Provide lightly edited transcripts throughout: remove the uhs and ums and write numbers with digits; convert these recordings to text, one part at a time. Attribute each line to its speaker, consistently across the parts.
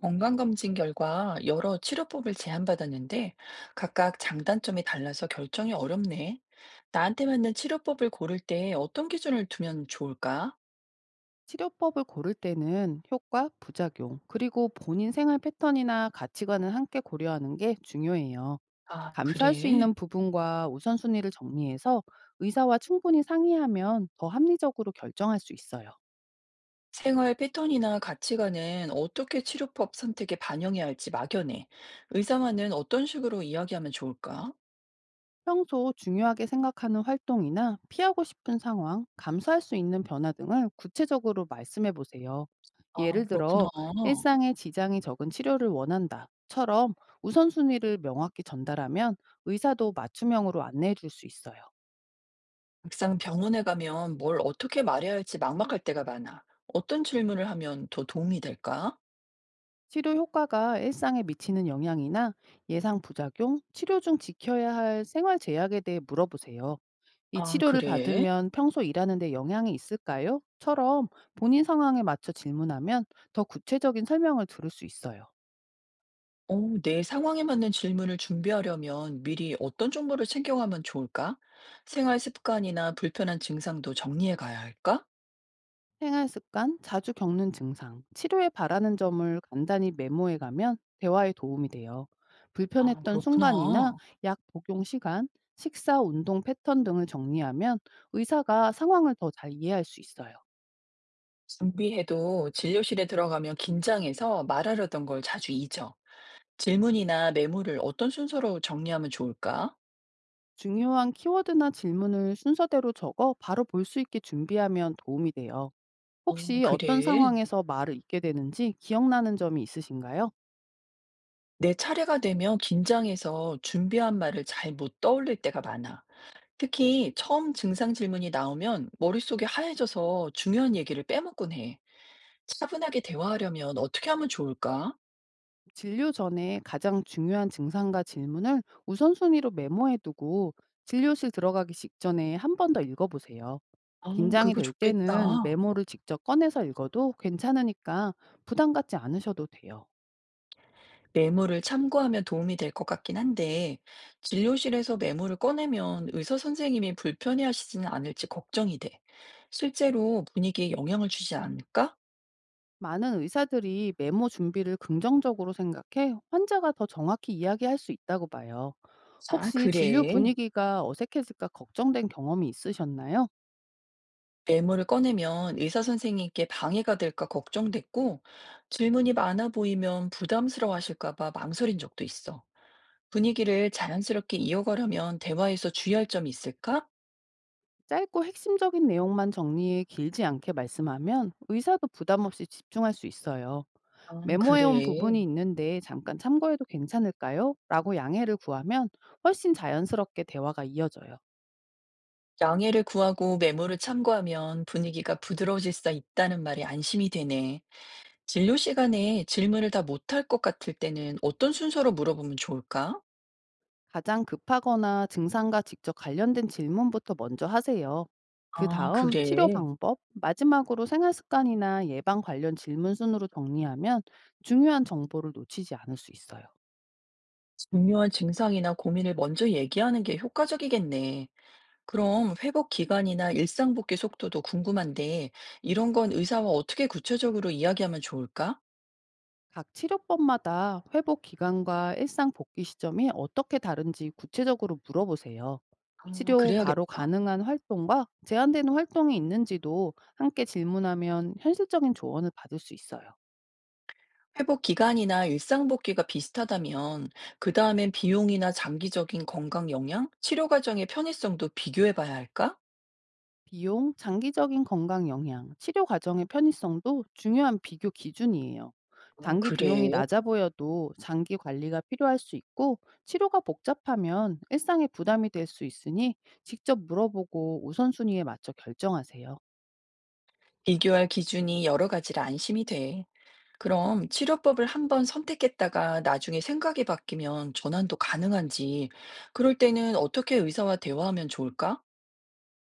Speaker 1: 건강검진 결과 여러 치료법을 제안받았는데 각각 장단점이 달라서 결정이 어렵네. 나한테 맞는 치료법을 고를 때 어떤 기준을 두면 좋을까?
Speaker 2: 치료법을 고를 때는 효과, 부작용, 그리고 본인 생활 패턴이나 가치관을 함께 고려하는 게 중요해요.
Speaker 1: 아,
Speaker 2: 감수할 수
Speaker 1: 그래.
Speaker 2: 있는 부분과 우선순위를 정리해서 의사와 충분히 상의하면 더 합리적으로 결정할 수 있어요.
Speaker 1: 생활 패턴이나 가치관은 어떻게 치료법 선택에 반영해야 할지 막연해. 의사와는 어떤 식으로 이야기하면 좋을까?
Speaker 2: 평소 중요하게 생각하는 활동이나 피하고 싶은 상황, 감수할 수 있는 변화 등을 구체적으로 말씀해 보세요.
Speaker 1: 아,
Speaker 2: 예를
Speaker 1: 그렇구나.
Speaker 2: 들어, 일상에 지장이 적은 치료를 원한다.처럼 우선순위를 명확히 전달하면 의사도 맞춤형으로 안내해 줄 수 있어요.
Speaker 1: 막상 병원에 가면 뭘 어떻게 말해야 할지 막막할 때가 많아. 어떤 질문을 하면 더 도움이 될까?
Speaker 2: 치료 효과가 일상에 미치는 영향이나 예상 부작용, 치료 중 지켜야 할 생활 제약에 대해 물어보세요. 이
Speaker 1: 아,
Speaker 2: 치료를
Speaker 1: 그래.
Speaker 2: 받으면 평소 일하는 데 영향이 있을까요? 처럼 본인 상황에 맞춰 질문하면 더 구체적인 설명을 들을 수 있어요.
Speaker 1: 어, 내 상황에 맞는 질문을 준비하려면 미리 어떤 정보를 챙겨가면 좋을까? 생활 습관이나 불편한 증상도 정리해 가야 할까?
Speaker 2: 생활 습관, 자주 겪는 증상, 치료에 바라는 점을 간단히 메모해 가면 대화에 도움이 돼요.
Speaker 1: 아,
Speaker 2: 불편했던 순간이나
Speaker 1: 그렇구나.
Speaker 2: 약 복용 시간, 식사, 운동 패턴 등을 정리하면 의사가 상황을 더 잘 이해할 수 있어요.
Speaker 1: 준비해도 진료실에 들어가면 긴장해서 말하려던 걸 자주 잊어. 질문이나 메모를 어떤 순서로 정리하면 좋을까?
Speaker 2: 중요한 키워드나 질문을 순서대로 적어 바로 볼 수 있게 준비하면 도움이 돼요.
Speaker 1: 어,
Speaker 2: 혹시 어떤
Speaker 1: 그래.
Speaker 2: 상황에서 말을 잇게 되는지 기억나는 점이 있으신가요?
Speaker 1: 내 차례가 되면 긴장해서 준비한 말을 잘 못 떠올릴 때가 많아. 특히 처음 증상 질문이 나오면 머릿속이 하얘져서 중요한 얘기를 빼먹곤 해. 차분하게 대화하려면 어떻게 하면 좋을까?
Speaker 2: 진료 전에 가장 중요한 증상과 질문을 우선순위로 메모해 두고 진료실 들어가기 직전에 한 번 더 읽어보세요.
Speaker 1: 아,
Speaker 2: 긴장이
Speaker 1: 그거
Speaker 2: 될 때는
Speaker 1: 좋겠다.
Speaker 2: 메모를 직접 꺼내서 읽어도 괜찮으니까 부담 갖지 않으셔도 돼요.
Speaker 1: 메모를 참고하면 도움이 될 것 같긴 한데, 진료실에서 메모를 꺼내면 의사 선생님이 불편해하시지는 않을지 걱정이 돼. 실제로 분위기에 영향을 주지 않을까?
Speaker 2: 많은 의사들이 메모 준비를 긍정적으로 생각해 환자가 더 정확히 이야기할 수 있다고 봐요.
Speaker 1: 아,
Speaker 2: 혹시 진료
Speaker 1: 그래.
Speaker 2: 분위기가 어색해질까 걱정된 경험이 있으셨나요?
Speaker 1: 메모를 꺼내면 의사 선생님께 방해가 될까 걱정됐고, 질문이 많아 보이면 부담스러워하실까 봐 망설인 적도 있어. 분위기를 자연스럽게 이어가려면 대화에서 주의할 점이 있을까?
Speaker 2: 짧고 핵심적인 내용만 정리해 길지 않게 말씀하면 의사도 부담 없이 집중할 수 있어요.
Speaker 1: 아,
Speaker 2: 메모해온
Speaker 1: 그래.
Speaker 2: 부분이 있는데 잠깐 참고해도 괜찮을까요? 라고 양해를 구하면 훨씬 자연스럽게 대화가 이어져요.
Speaker 1: 양해를 구하고 메모를 참고하면 분위기가 부드러워질 수 있다는 말이 안심이 되네. 진료 시간에 질문을 다 못할 것 같을 때는 어떤 순서로 물어보면 좋을까?
Speaker 2: 가장 급하거나 증상과 직접 관련된 질문부터 먼저 하세요. 그
Speaker 1: 아,
Speaker 2: 다음 치료
Speaker 1: 그래.
Speaker 2: 방법, 마지막으로 생활 습관이나 예방 관련 질문 순으로 정리하면 중요한 정보를 놓치지 않을 수 있어요.
Speaker 1: 중요한 증상이나 고민을 먼저 얘기하는 게 효과적이겠네. 그럼 회복 기간이나 일상 복귀 속도도 궁금한데, 이런 건 의사와 어떻게 구체적으로 이야기하면 좋을까?
Speaker 2: 각 치료법마다 회복 기간과 일상 복귀 시점이 어떻게 다른지 구체적으로 물어보세요.
Speaker 1: 아,
Speaker 2: 치료 후 바로
Speaker 1: 그래야겠다.
Speaker 2: 가능한 활동과 제한되는 활동이 있는지도 함께 질문하면 현실적인 조언을 받을 수 있어요.
Speaker 1: 회복 기간이나 일상 복귀가 비슷하다면 그 다음엔 비용이나 장기적인 건강 영향, 치료 과정의 편의성도 비교해 봐야 할까?
Speaker 2: 비용, 장기적인 건강 영향, 치료 과정의 편의성도 중요한 비교 기준이에요.
Speaker 1: 아,
Speaker 2: 단기 비용이
Speaker 1: 그래.
Speaker 2: 낮아 보여도 장기 관리가 필요할 수 있고 치료가 복잡하면 일상에 부담이 될 수 있으니 직접 물어보고 우선순위에 맞춰 결정하세요.
Speaker 1: 비교할 기준이 여러 가지라 안심이 돼. 그럼 치료법을 한번 선택했다가 나중에 생각이 바뀌면 전환도 가능한지, 그럴 때는 어떻게 의사와 대화하면 좋을까?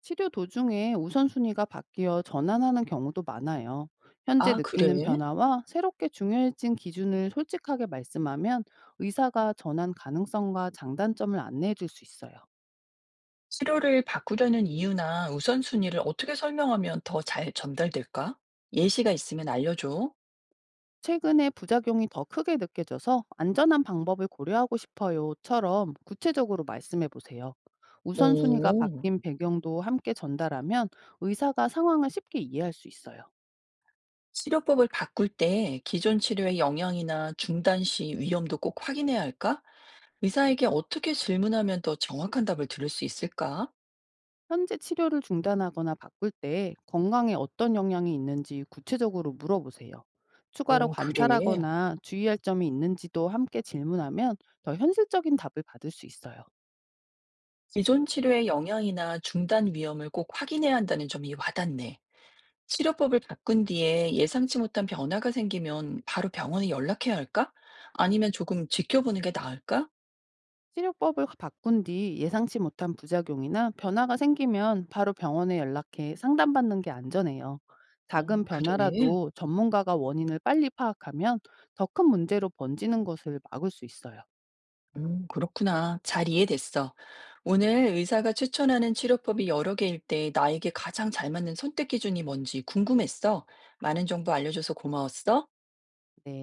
Speaker 2: 치료 도중에 우선순위가 바뀌어 전환하는 경우도 많아요. 현재
Speaker 1: 아,
Speaker 2: 느끼는
Speaker 1: 그래.
Speaker 2: 변화와 새롭게 중요해진 기준을 솔직하게 말씀하면 의사가 전환 가능성과 장단점을 안내해 줄 수 있어요.
Speaker 1: 치료를 바꾸려는 이유나 우선순위를 어떻게 설명하면 더 잘 전달될까? 예시가 있으면 알려줘.
Speaker 2: 최근에 부작용이 더 크게 느껴져서 안전한 방법을 고려하고 싶어요처럼 구체적으로 말씀해 보세요. 우선순위가
Speaker 1: 오.
Speaker 2: 바뀐 배경도 함께 전달하면 의사가 상황을 쉽게 이해할 수 있어요.
Speaker 1: 치료법을 바꿀 때 기존 치료의 영향이나 중단 시 위험도 꼭 확인해야 할까? 의사에게 어떻게 질문하면 더 정확한 답을 들을 수 있을까?
Speaker 2: 현재 치료를 중단하거나 바꿀 때 건강에 어떤 영향이 있는지 구체적으로 물어보세요. 추가로
Speaker 1: 오, 그래.
Speaker 2: 관찰하거나 주의할 점이 있는지도 함께 질문하면 더 현실적인 답을 받을 수 있어요.
Speaker 1: 기존 치료의 영향이나 중단 위험을 꼭 확인해야 한다는 점이 와닿네. 치료법을 바꾼 뒤에 예상치 못한 변화가 생기면 바로 병원에 연락해야 할까? 아니면 조금 지켜보는 게 나을까?
Speaker 2: 치료법을 바꾼 뒤 예상치 못한 부작용이나 변화가 생기면 바로 병원에 연락해 상담받는 게 안전해요.
Speaker 1: 어,
Speaker 2: 작은
Speaker 1: 그래.
Speaker 2: 변화라도 전문가가 원인을 빨리 파악하면 더 큰 문제로 번지는 것을 막을 수 있어요.
Speaker 1: 그렇구나. 잘 이해됐어. 오늘 의사가 추천하는 치료법이 여러 개일 때 나에게 가장 잘 맞는 선택 기준이 뭔지 궁금했어. 많은 정보 알려줘서 고마웠어.
Speaker 2: 네.